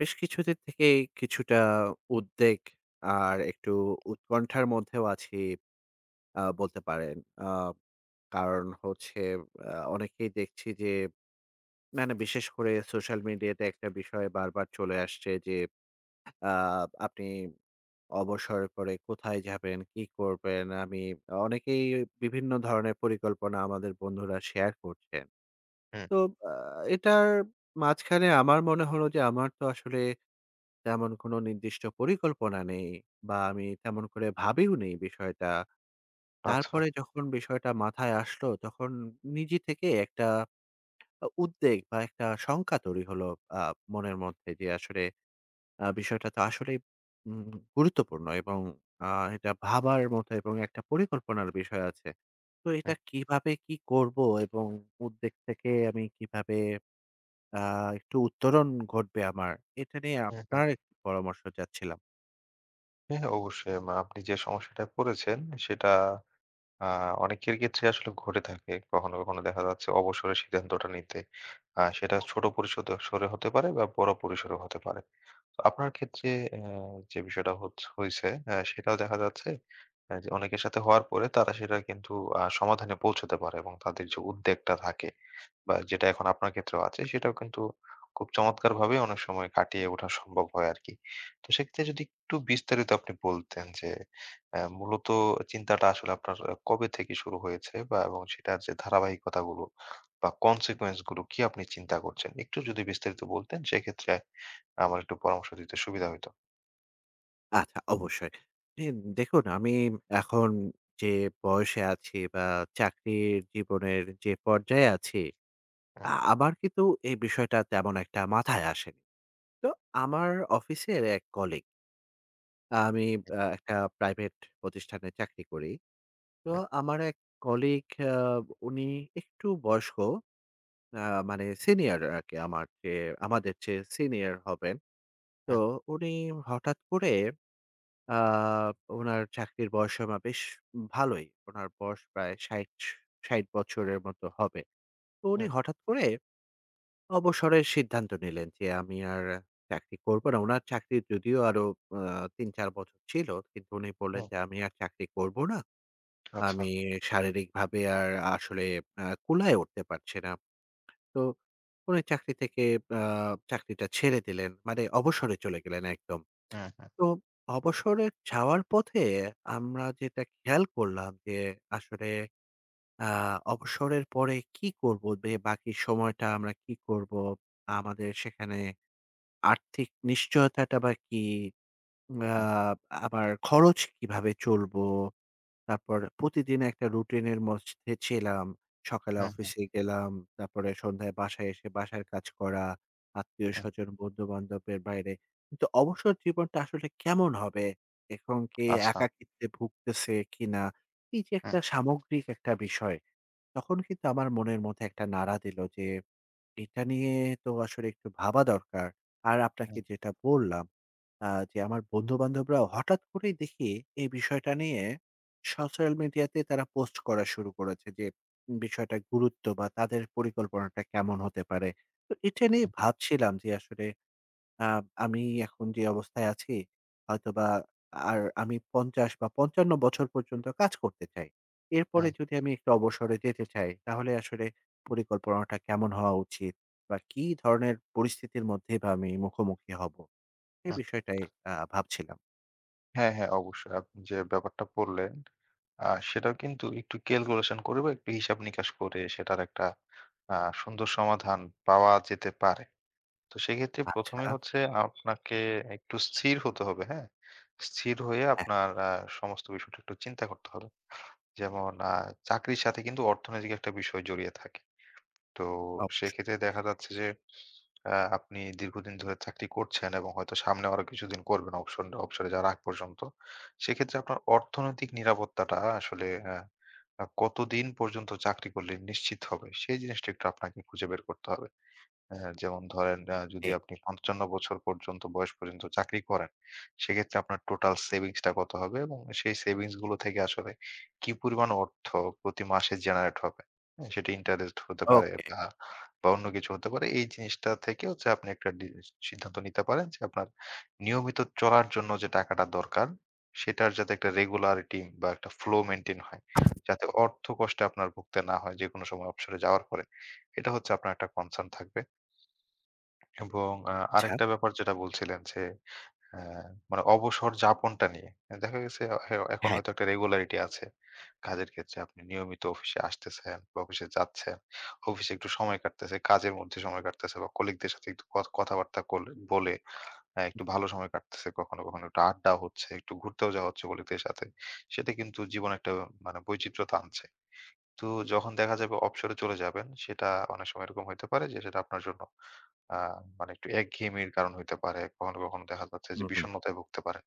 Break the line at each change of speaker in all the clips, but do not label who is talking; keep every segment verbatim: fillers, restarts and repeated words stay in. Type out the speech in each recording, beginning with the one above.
বেশ কিছুদিন থেকেই কিছুটা উদ্বেগ আর একটু উৎকণ্ঠার মধ্যেও আছি আ বলতে পারেন। আ কারণ হচ্ছে আ অনেকেই দেখছি যে মানে বিশেষ করে সোশ্যাল মিডিয়াতে একটা বিষয় বারবার চলে আসছে যে আ আপনি অবসর পরে কোথায় যাবেন, কি করবেন? আমি অনেকেই বিভিন্ন ধরনের পরিকল্পনা আমাদের বন্ধুরা শেয়ার করছেন।
হুম,
তো আ এটার মাঝখানে আমার মনে হলো যে আমার তো আসলে তেমন কোনো নির্দিষ্ট পরিকল্পনা নেই বা আমি তেমন করে ভাবিও নেই বিষয়টা।
আচ্ছা।
তারপরে যখন বিষয়টা মাথায় আসলো, তখন নিজে থেকে একটা আ উদ্বেগ বা একটা শঙ্কা তৈরি হলো আ মনের মধ্যে যে আসলে আ বিষয়টা তো আসলেই উম গুরুত্বপূর্ণ এবং আ এটা ভাবার মতো এবং একটা পরিকল্পনার বিষয় আছে। তো
হুম,
এটা কিভাবে কি করব এবং উদ্বেগ থেকে আমি কিভাবে আ একটু উত্তরণ ঘটবে আমার, এটা নিয়ে
হুম, হুম।
আপনার একটু পরামর্শ চাচ্ছিলাম।
হ্যাঁ, অবশ্যই। মা আপনি যে সমস্যাটায় পড়েছেন সেটা আ অনেকের ক্ষেত্রে আসলে ঘটে থাকে। কখনো, কখনো দেখা যাচ্ছে অবসরের সিদ্ধান্তটা নিতে। আ সেটা ছোট পরিসরে সরে হতে পারে বা বড় পরিসরে হতে পারে। তো আপনার ক্ষেত্রে অ্যা যে বিষয়টা হচ্ছ হইছে অ্যা সেটাও দেখা যাচ্ছে অ্যা যে অনেকের সাথে হওয়ার পরে তারা সেটা কিন্তু আ সমাধানে পৌঁছাতে পারে এবং তাদের যে উদ্বেগটা থাকে বা যেটা এখন আপনার ক্ষেত্রেও আছে, সেটাও কিন্তু খুব চমৎকারভাবে অনেক সময় কাটিয়ে ওঠা সম্ভব হয় আরকি। তো সেক্ষেত্রে যদি একটু বিস্তারিত আপনি বলতেন যে অ্যা মূলত চিন্তাটা আসলে আপনার আ কবে থেকে শুরু হয়েছে বা, এবং সেটার যে ধারাবাহিকতাগুলো বা consequence গুলো কি আপনি চিন্তা করছেন? একটু যদি বিস্তারিত বলতেন, সেক্ষেত্রে আমার একটু পরামর্শ দিতে সুবিধা হইতো।
আচ্ছা, অবশ্যই। ই দেখুন আমি এখন যে বয়সে আছি বা চাকরির জীবনের যে পর্যায়ে আছি, আ
হুম,
আমার কিন্তু এই বিষয়টা তেমন একটা মাথায় আসেনি। তো আমার অফিসের এক কলিগ, আমি
হুম,
আ একটা প্রাইভেট প্রতিষ্ঠানে চাকরি করি। তো আমার এক কলিগ আ উনি একটু বয়স্ক, আ মানে সিনিয়র আরকি আমার চেয়ে আমাদের চেয়ে সিনিয়র হবেন। তো
হুম,
উনি হঠাৎ করে আ উনার চাকরির বয়সসীমা বেশ ভালোই। উনার বয়স প্রায় ষাট ষাট বছরের মতো হবে। তো উনি
হুম, হুম,
হঠাৎ করে অবসরের সিদ্ধান্ত নিলেন যে, "আমি আর চাকরি করব না।" উনার চাকরি যদিও আরো আ তিন চার বছর ছিল। কিন্তু উনি বললেন
হুম।
যে, "আমি আর চাকরি করব না।
আচ্ছা।
আমি শারীরিকভাবে আর আসলে আ কুলায় উঠতে পারছি না। তো কোন চাকরি থেকে আ চাকরিটা ছেড়ে দিলেন। মানে অবসরে চলে গেলেন একদম।
হুম, হুম,
তো অবসরে যাওয়ার পথে আমরা যেটা খেয়াল করলাম যে আসলে আ অবসরের পরে কি করব? বে বাকি সময়টা আমরা কি করব? আমাদের সেখানে আর্থিক নিশ্চয়তাটা বা কি? আ
হুম,
আবার খরচ কিভাবে চলবো? তারপর প্রতিদিন একটা রুটিনের মধ্যে ছিলাম। সকালে
হুম, হুম,
অফিসে গেলাম, তারপরে সন্ধ্যায় বাসায় এসে বাসার কাজ করা,
হুম।
আত্মীয়স্বজন, বন্ধু-বান্ধবের বাইরে। কিন্তু অবসর জীবনটা আসলে কেমন হবে? এখন কি
আচ্ছা।
একাকিত্বে ভুগতেছে কিনা? এই যে
হুম,
একটা সামগ্রিক একটা বিষয়, তখন কিন্তু আমার মনের মধ্যে একটা নাড়া দিল যে এটা নিয়ে তো আসলে একটু ভাবা দরকার। আর
হুম,
আপনাকে যেটা বললাম, আ যে আমার বন্ধু-বান্ধবরা হঠাৎ করেই দেখি এই বিষয়টা নিয়ে সোশ্যাল মিডিয়াতে তারা পোস্ট করা শুরু করেছে যে বিষয়টার গুরুত্ব বা তাদের পরিকল্পনাটা কেমন হতে পারে। তো এটা নিয়ে ভাবছিলাম যে আসলে আ আমি এখন যে অবস্থায় আছি হয়তোবা আর আমি পঞ্চাশ বা পঞ্চান্ন বছর পর্যন্ত কাজ করতে চাই। এরপরে
হুম,
যদি আমি একটু অবসরে যেতে চাই, তাহলে আসলে পরিকল্পনাটা কেমন হওয়া উচিত? বা কি ধরনের পরিস্থিতির মধ্যে বা আমি মুখোমুখি হব? এই
হুম।
বিষয়টাই আ ভাবছিলাম।
হ্যাঁ, হ্যাঁ, অবশ্যই। আপনি যে ব্যাপারটা বললেন আ সেটাও কিন্তু একটু ক্যালকুলেশন করে বা একটু হিসাব-নিকাশ করে সেটার একটা আ সুন্দর সমাধান পাওয়া যেতে পারে। তো সেক্ষেত্রে প্রথম
আচ্ছা,
এ হচ্ছে আপনাকে একটু স্থির হতে হবে, হ্যাঁ? স্থির হয়ে
হ্যাঁ,
আপনার আ সমস্ত বিষয়টা একটু চিন্তা করতে হবে। যেমন আ চাকরির সাথে কিন্তু অর্থনৈতিক একটা বিষয় জড়িয়ে থাকে। তো
অবশ্যই।
সেক্ষেত্রে দেখা যাচ্ছে যে আ আপনি দীর্ঘদিন ধরে চাকরি করছেন, এবং হয়তো সামনে আরো কিছুদিন করবেন অবসন অবসরে যাওয়ার আগ পর্যন্ত। সেক্ষেত্রে আপনার অর্থনৈতিক নিরাপত্তাটা আসলে আ আ কতদিন পর্যন্ত চাকরি করলে নিশ্চিত হবে? সেই জিনিসটা একটু আপনাকে খুঁজে বের করতে হবে। হ্যাঁ, যেমন ধরেন, আ যদি
জি,
আপনি পঞ্চান্ন বছর পর্যন্ত বয়স পর্যন্ত চাকরি করেন, সেক্ষেত্রে আপনার টোটাল সেভিংস টা কত হবে এবং সেই সেভিংস গুলো থেকে আসলে কি পরিমাণ অর্থ প্রতি মাসে জেনারেট হবে। হ্যাঁ? সেটা ইন্টারেস্ট হতে পারে
ওকে,
বা, বা অন্য কিছু হতে পারে। এই জিনিসটা থেকে হচ্ছে আপনি একটা ডি সিদ্ধান্ত নিতে পারেন যে আপনার নিয়মিত চলার জন্য যে টাকাটা দরকার, সেটার যাতে একটা রেগুলারিটি বা একটা ফ্লো মেইনটেইন হয়। যাতে অর্থ কষ্টে আপনার ভুগতে না হয় যেকোনো সময় অবসরে যাওয়ার পরে। এটা হচ্ছে আপনার একটা কনসার্ন থাকবে। এবং আ
আচ্ছা,
আরেকটা ব্যাপার যেটা বলছিলেন যে, আ মানে অবসর যাপনটা নিয়ে। দেখা গেছে এ এখন
হ্যাঁ,
হয়তো একটা রেগুলারিটি আছে। কাজের ক্ষেত্রে আপনি নিয়মিত অফিসে আসতেছেন বা অফিসে যাচ্ছেন। অফিসে একটু সময় কাটতেছে, কাজের মধ্যে সময় কাটতেছে, বা কলিগদের সাথে একটু ক কথাবার্তা কল বলে আ একটু ভালো সময় কাটতেছে। কখনো, কখনো একটু আড্ডা হচ্ছে, একটু ঘুরতেও যাওয়া হচ্ছে কলিগদের সাথে। সেটা কিন্তু জীবনে একটা মানে বৈচিত্র্যতা আনছে। তো যখন দেখা যাবে অবসরে চলে যাবেন, সেটা অনেক সময় এরকম হইতে পারে যে সেটা আপনার জন্য আ মানে একটু একঘেয়েমির কারণ হইতে পারে। কখনো, কখনো দেখা যাচ্ছে
হুম,
যে
হুম।
বিষণ্ণতায় ভুগতে পারেন।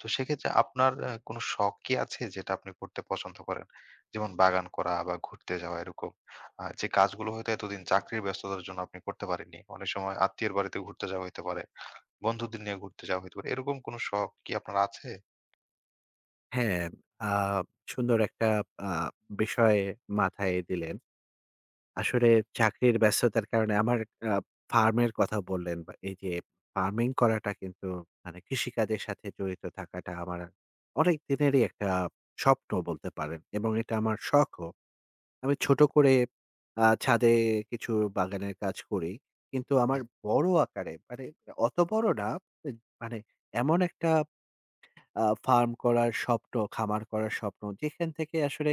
তো সেক্ষেত্রে আপনার আ কোনো শখ কি আছে যেটা আপনি করতে পছন্দ করেন? যেমন বাগান করা বা ঘুরতে যাওয়া এরকম। আ যে কাজগুলো হয়তো এতদিন চাকরির ব্যস্ততার জন্য আপনি করতে পারেননি। অনেক সময় আত্মীয়ের বাড়িতে ঘুরতে যাওয়া হইতে পারে, বন্ধুদের নিয়ে ঘুরতে যাওয়া হইতে পারে। এরকম কোনো শখ কি আপনার আছে?
হ্যাঁ, আ সুন্দর একটা আ বিষয় মাথায় দিলেন। আসলে চাকরির ব্যস্ততার কারণে আমার আ ফার্মের কথা বললেন বা এই যে ফার্মিং করাটা কিন্তু মানে কৃষিকাজের সাথে জড়িত থাকাটা আমার অনেক দিনেরই একটা স্বপ্ন বলতে পারেন এবং এটা আমার শখও। আমি ছোট করে আ ছাদে কিছু বাগানের কাজ করি। কিন্তু আমার
হ্যাঁ,
বড় আকারে মানে অত বড় না এ মানে এমন একটা আ ফার্ম করার স্বপ্ন, খামার করার স্বপ্ন যেখান থেকে আসলে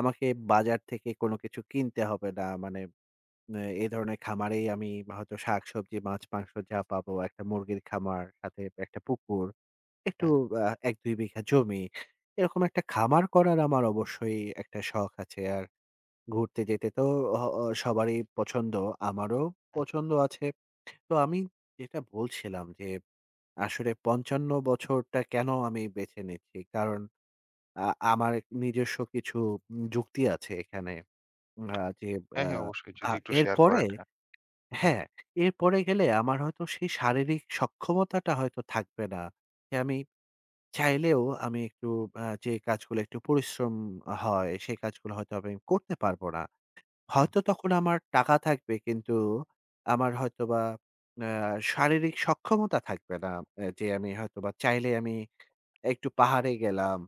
আমাকে বাজার থেকে কোনো কিছু কিনতে হবে না। মানে এ এই ধরনের খামারেই আমি হয়তো শাকসবজি, মাছ-মাংস যা পাবো, একটা মুরগির
হ্যাঁ,
খামার, সাথে একটা পুকুর, একটু
হ্যাঁ,
আ এক দুই বিঘা জমি। এরকম একটা খামার করার আমার অবশ্যই একটা শখ আছে। আর ঘুরতে যেতে তো অ অ সবারই পছন্দ, আমারও
হ্যাঁ।
পছন্দ আছে। তো আমি যেটা বলছিলাম যে আসলে পঞ্চান্ন বছরটা কেন আমি বেছে নিচ্ছি? কারণ আ আমার নিজস্ব কিছু উম যুক্তি আছে এখানে। আ যে
হ্যাঁ,
আ
হ্যাঁ, অবশ্যই।
আ
যদি একটু শেয়ার
এরপরে
করেন। হ্যাঁ। হুম,
হ্যাঁ, এরপরে গেলে আমার হয়তো সেই শারীরিক সক্ষমতাটা হয়তো থাকবে না। যে আমি চাইলেও আমি একটু আ যে কাজগুলো একটু পরিশ্রম হয়, সেই কাজগুলো হয়তো আমি করতে পারব না।
হুম,
হয়তো তখন আমার টাকা থাকবে কিন্তু আমার হয়তোবা আ শারীরিক সক্ষমতা থাকবে না। অ্যা যে আমি হয়তোবা চাইলে আমি একটু পাহাড়ে গেলাম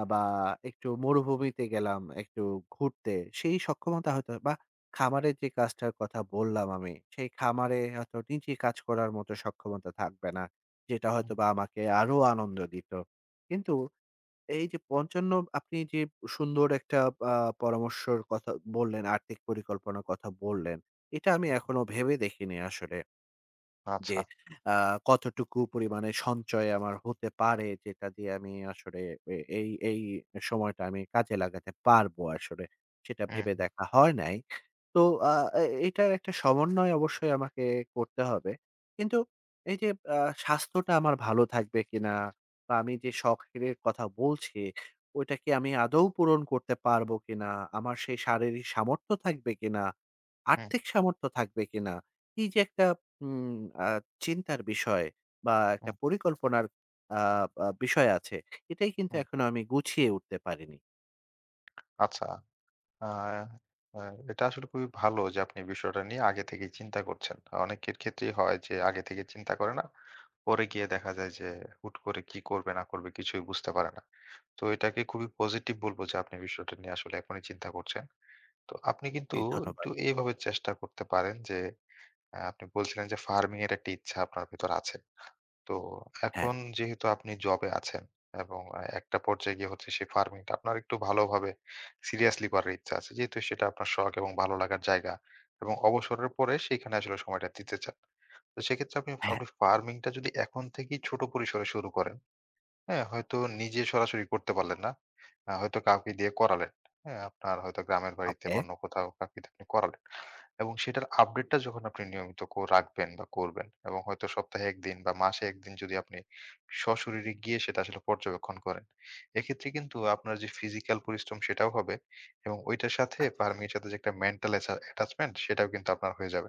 আ বা একটু মরুভূমিতে গেলাম একটু ঘুরতে। সেই সক্ষমতা হয়তো বা খামারের যে কাজটার কথা বললাম আমি, সেই খামারে হয়তো নিজে কাজ করার মতো সক্ষমতা থাকবে না। যেটা
হুম।
হয়তোবা আমাকে আরো আনন্দ দিত। কিন্তু এই যে পঞ্চান্ন আপনি যে সুন্দর একটা আ পরামর্শর কথা বললেন, আর্থিক পরিকল্পনার কথা বললেন, এটা আমি এখনো ভেবে দেখিনি আসলে। যে
আচ্ছা।
আ কতটুকু পরিমাণে সঞ্চয় আমার হতে পারে যেটা দিয়ে আমি আসলে এ এই, এই সময়টা আমি কাজে লাগাতে পারবো আসলে। সেটা ভেবে
হুম,
দেখা হয় নাই। তো আ এ এটার একটা সমন্বয় অবশ্যই আমাকে করতে হবে। কিন্তু এই যে আ স্বাস্থ্যটা আমার ভালো থাকবে কিনা বা আমি যে শখের কথা বলছি, ওইটা কি আমি আদৌ পূরণ করতে পারবো কিনা? আমার সেই শারীরিক সামর্থ্য থাকবে কিনা?
হুম,
আর্থিক সামর্থ্য থাকবে কিনা? এই যে একটা হুম, আ চিন্তার বিষয় বা একটা
হুম,
পরিকল্পনার আ আ বিষয় আছে। এটাই কিন্তু
হুম।
এখনো আমি গুছিয়ে উঠতে পারিনি।
আচ্ছা। আ আ এটা আসলে খুবই ভালো যে আপনি বিষয়টা নিয়ে আগে থেকেই চিন্তা করছেন। অনেকের ক্ষেত্রেই হয় যে আগে থেকে চিন্তা করে না। পরে গিয়ে দেখা যায় যে হুট করে কি করবে না করবে কিছুই বুঝতে পারে না। তো এটাকে খুবই পজিটিভ বলব যে আপনি বিষয়টা নিয়ে আসলে এখনই চিন্তা করছেন। তো আপনি কিন্তু
এই
একটু
ধন্যবাদ।
এভাবে চেষ্টা করতে পারেন যে, আ আপনি বলছিলেন যে ফার্মিং এর একটা ইচ্ছা আপনার ভেতর আছে। তো
হ্যাঁ,
এখন যেহেতু আপনি জবে আছেন এবং আ একটা পর্যায়ে গিয়ে হচ্ছে সেই ফার্মিং টা আপনার একটু ভালোভাবে সিরিয়াসলি করার ইচ্ছা আছে। যেহেতু সেটা আপনার শখ এবং ভালো লাগার জায়গা এবং অবসরের পরে সেইখানে আসলে সময়টা দিতে চান। তো সেক্ষেত্রে আপনি,
হ্যাঁ,
আপনি ফার্মিং টা যদি এখন থেকেই ছোট পরিসরে শুরু করেন, হ্যাঁ, হয়তো নিজে সরাসরি করতে পারলেন না। আ হয়তো কাউকে দিয়ে করালেন। হ্যাঁ? আপনার হয়তো গ্রামের বাড়িতে
ওকে।
বা অন্য কোথাও কাউকে দিয়ে আপনি করালেন। এবং সেটার আপডেটটা যখন আপনি নিয়মিত কো রাখবেন বা করবেন, এবং হয়তো সপ্তাহে এক দিন বা মাসে এক দিন যদি আপনি সশরীরে গিয়ে সেটা আসলে পর্যবেক্ষণ করেন। এক্ষেত্রে কিন্তু আপনার যে ফিজিক্যাল পরিশ্রম সেটাও হবে এবং ওইটার সাথে,
আচ্ছা।
ফার্মিং এর সাথে যে একটা মেন্টাল এচা অ্যাটাচমেন্ট, সেটাও কিন্তু আপনার হয়ে যাবে।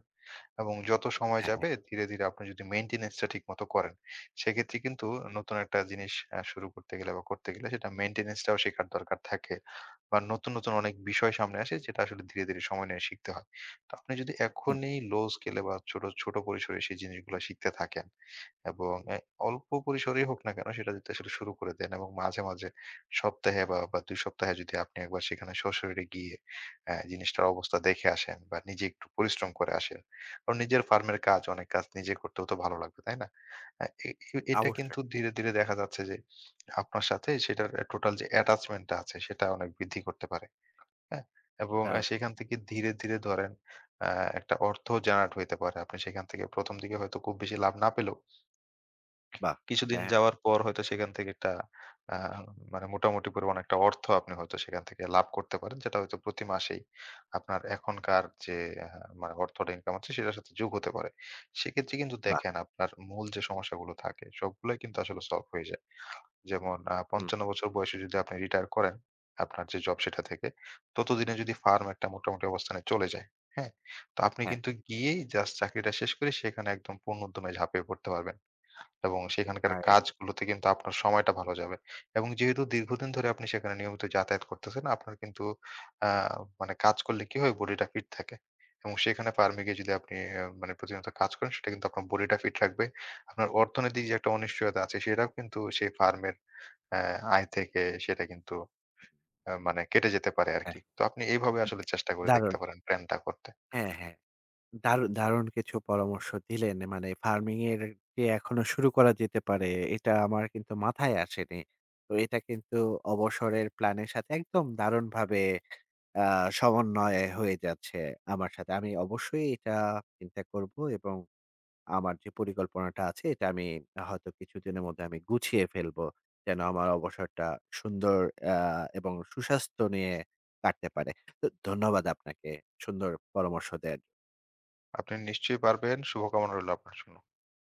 এবং যত সময়
হ্যাঁ, হ্যাঁ।
যাবে ধীরে, ধীরে আপনি যদি মেইনটেন্যান্স টা ঠিকমতো করেন, সেক্ষেত্রে কিন্তু নতুন একটা জিনিস আ শুরু করতে গেলে বা করতে গেলে সেটা মেইনটেন্যান্স টাও শেখার দরকার থাকে। বা নতুন, নতুন অনেক বিষয় সামনে আসে যেটা আসলে ধীরে, ধীরে সময় নিয়ে শিখতে হয়। তো আপনি যদি
হুম,
এখনই লো স্কেলে বা ছোট, ছোট পরিসরে সেই জিনিসগুলা শিখতে থাকেন, এবং এ অল্প পরিসরেই হোক না কেন সেটা যদি আসলে শুরু করে দেন, এবং মাঝে, মাঝে সপ্তাহে বা, বা দুই সপ্তাহে যদি আপনি একবার সেখানে সশরীরে গিয়ে অ্যা জিনিসটার অবস্থা দেখে আসেন বা নিজে একটু পরিশ্রম করে আসেন। কারণ নিজের ফার্মের কাজ, অনেক কাজ নিজে করতেও তো ভালো লাগবে, তাই না? আ এ এ এটা কিন্তু
অবশ্যই।
ধীরে, ধীরে দেখা যাচ্ছে যে আপনার সাথে সেটার এ টোটাল যে attachment টা আছে, সেটা অনেক বৃদ্ধি করতে পারে, হ্যাঁ? এবং আ
তার
সেখান থেকে ধীরে, ধীরে ধরেন আ একটা অর্থ জেনারেট হইতে পারে। আপনি সেখান থেকে প্রথম দিকে হয়তো খুব বেশি লাভ না পেলেও
বাহ!
কিছুদিন
হ্যাঁ, হ্যাঁ,
যাওয়ার পর হয়তো সেখান থেকে একটা আ মানে মোটামুটি পরিমাণ একটা অর্থ আপনি হয়তো সেখান থেকে লাভ করতে পারেন। যেটা হয়তো প্রতি মাসেই আপনার এখনকার যে আ মানে অর্থটা ইনকাম হচ্ছে, সেটার সাথে যোগ হতে পারে। সেক্ষেত্রে কিন্তু
বাহ!
দেখেন আপনার মূল যে সমস্যাগুলো থাকে, সবগুলাই কিন্তু আসলে সলভ হয়ে যায়। যেমন আ
হুম,
পঞ্চান্ন বছর বয়সে যদি আপনি রিটায়ার করেন, আপনার যে জব সেটা থেকে, ততদিনে যদি ফার্ম একটা মোটামুটি অবস্থানে চলে যায়, হ্যাঁ? তো আপনি
হ্যাঁ,
কিন্তু গিয়েই জাস্ট চাকরিটা শেষ করে সেখানে একদম পূর্ণ উদ্যমে ঝাঁপিয়ে পড়তে পারবেন। এবং সেখানকার
রাইট।
কাজগুলোতে কিন্তু আপনার সময়টা ভালো যাবে। এবং যেহেতু দীর্ঘদিন ধরে আপনি সেখানে নিয়মিত যাতায়াত করতেছেন, আপনার কিন্তু, আ মানে কাজ করলে কি হয়? বডিটা ফিট থাকে। এবং সেখানে ফার্মে গিয়ে যদি আপনি আ মানে প্রতিনিয়ত কাজ করেন, সেটা কিন্তু আপনার বডিটা ফিট রাখবে। আপনার অর্থনৈতিক যে একটা অনিশ্চয়তা আছে, সেটাও কিন্তু সেই ফার্মের অ্যা আয় থেকে, সেটা কিন্তু আ মানে কেটে যেতে পারে
হ্যাঁ,
আরকি। তো আপনি এইভাবে আসলে চেষ্টা করে দেখতে
দারুণ।
পারেন প্ল্যানটা করতে।
হ্যাঁ, হ্যাঁ। দারুণ, দারুণ কিছু পরামর্শ দিলেন। মানে ফার্মিং এর যে এখনো শুরু করা যেতে পারে, এটা আমার কিন্তু মাথায় আসেনি। তো এটা কিন্তু অবসরের প্ল্যানের সাথে একদম দারুণভাবে আ সমন্বয় হয়ে যাচ্ছে আমার সাথে। আমি অবশ্যই এটা চিন্তা করব এবং আমার যে পরিকল্পনাটা আছে এটা আমি হয়তো কিছুদিনের মধ্যে আমি গুছিয়ে ফেলবো। যেন আমার অবসরটা সুন্দর আ এবং সুস্বাস্থ্য নিয়ে কাটতে পারে। তো ধন্যবাদ আপনাকে সুন্দর পরামর্শ দেয়ার
আপনি নিশ্চয়ই পারবেন। শুভকামনা রইল আপনার জন্য।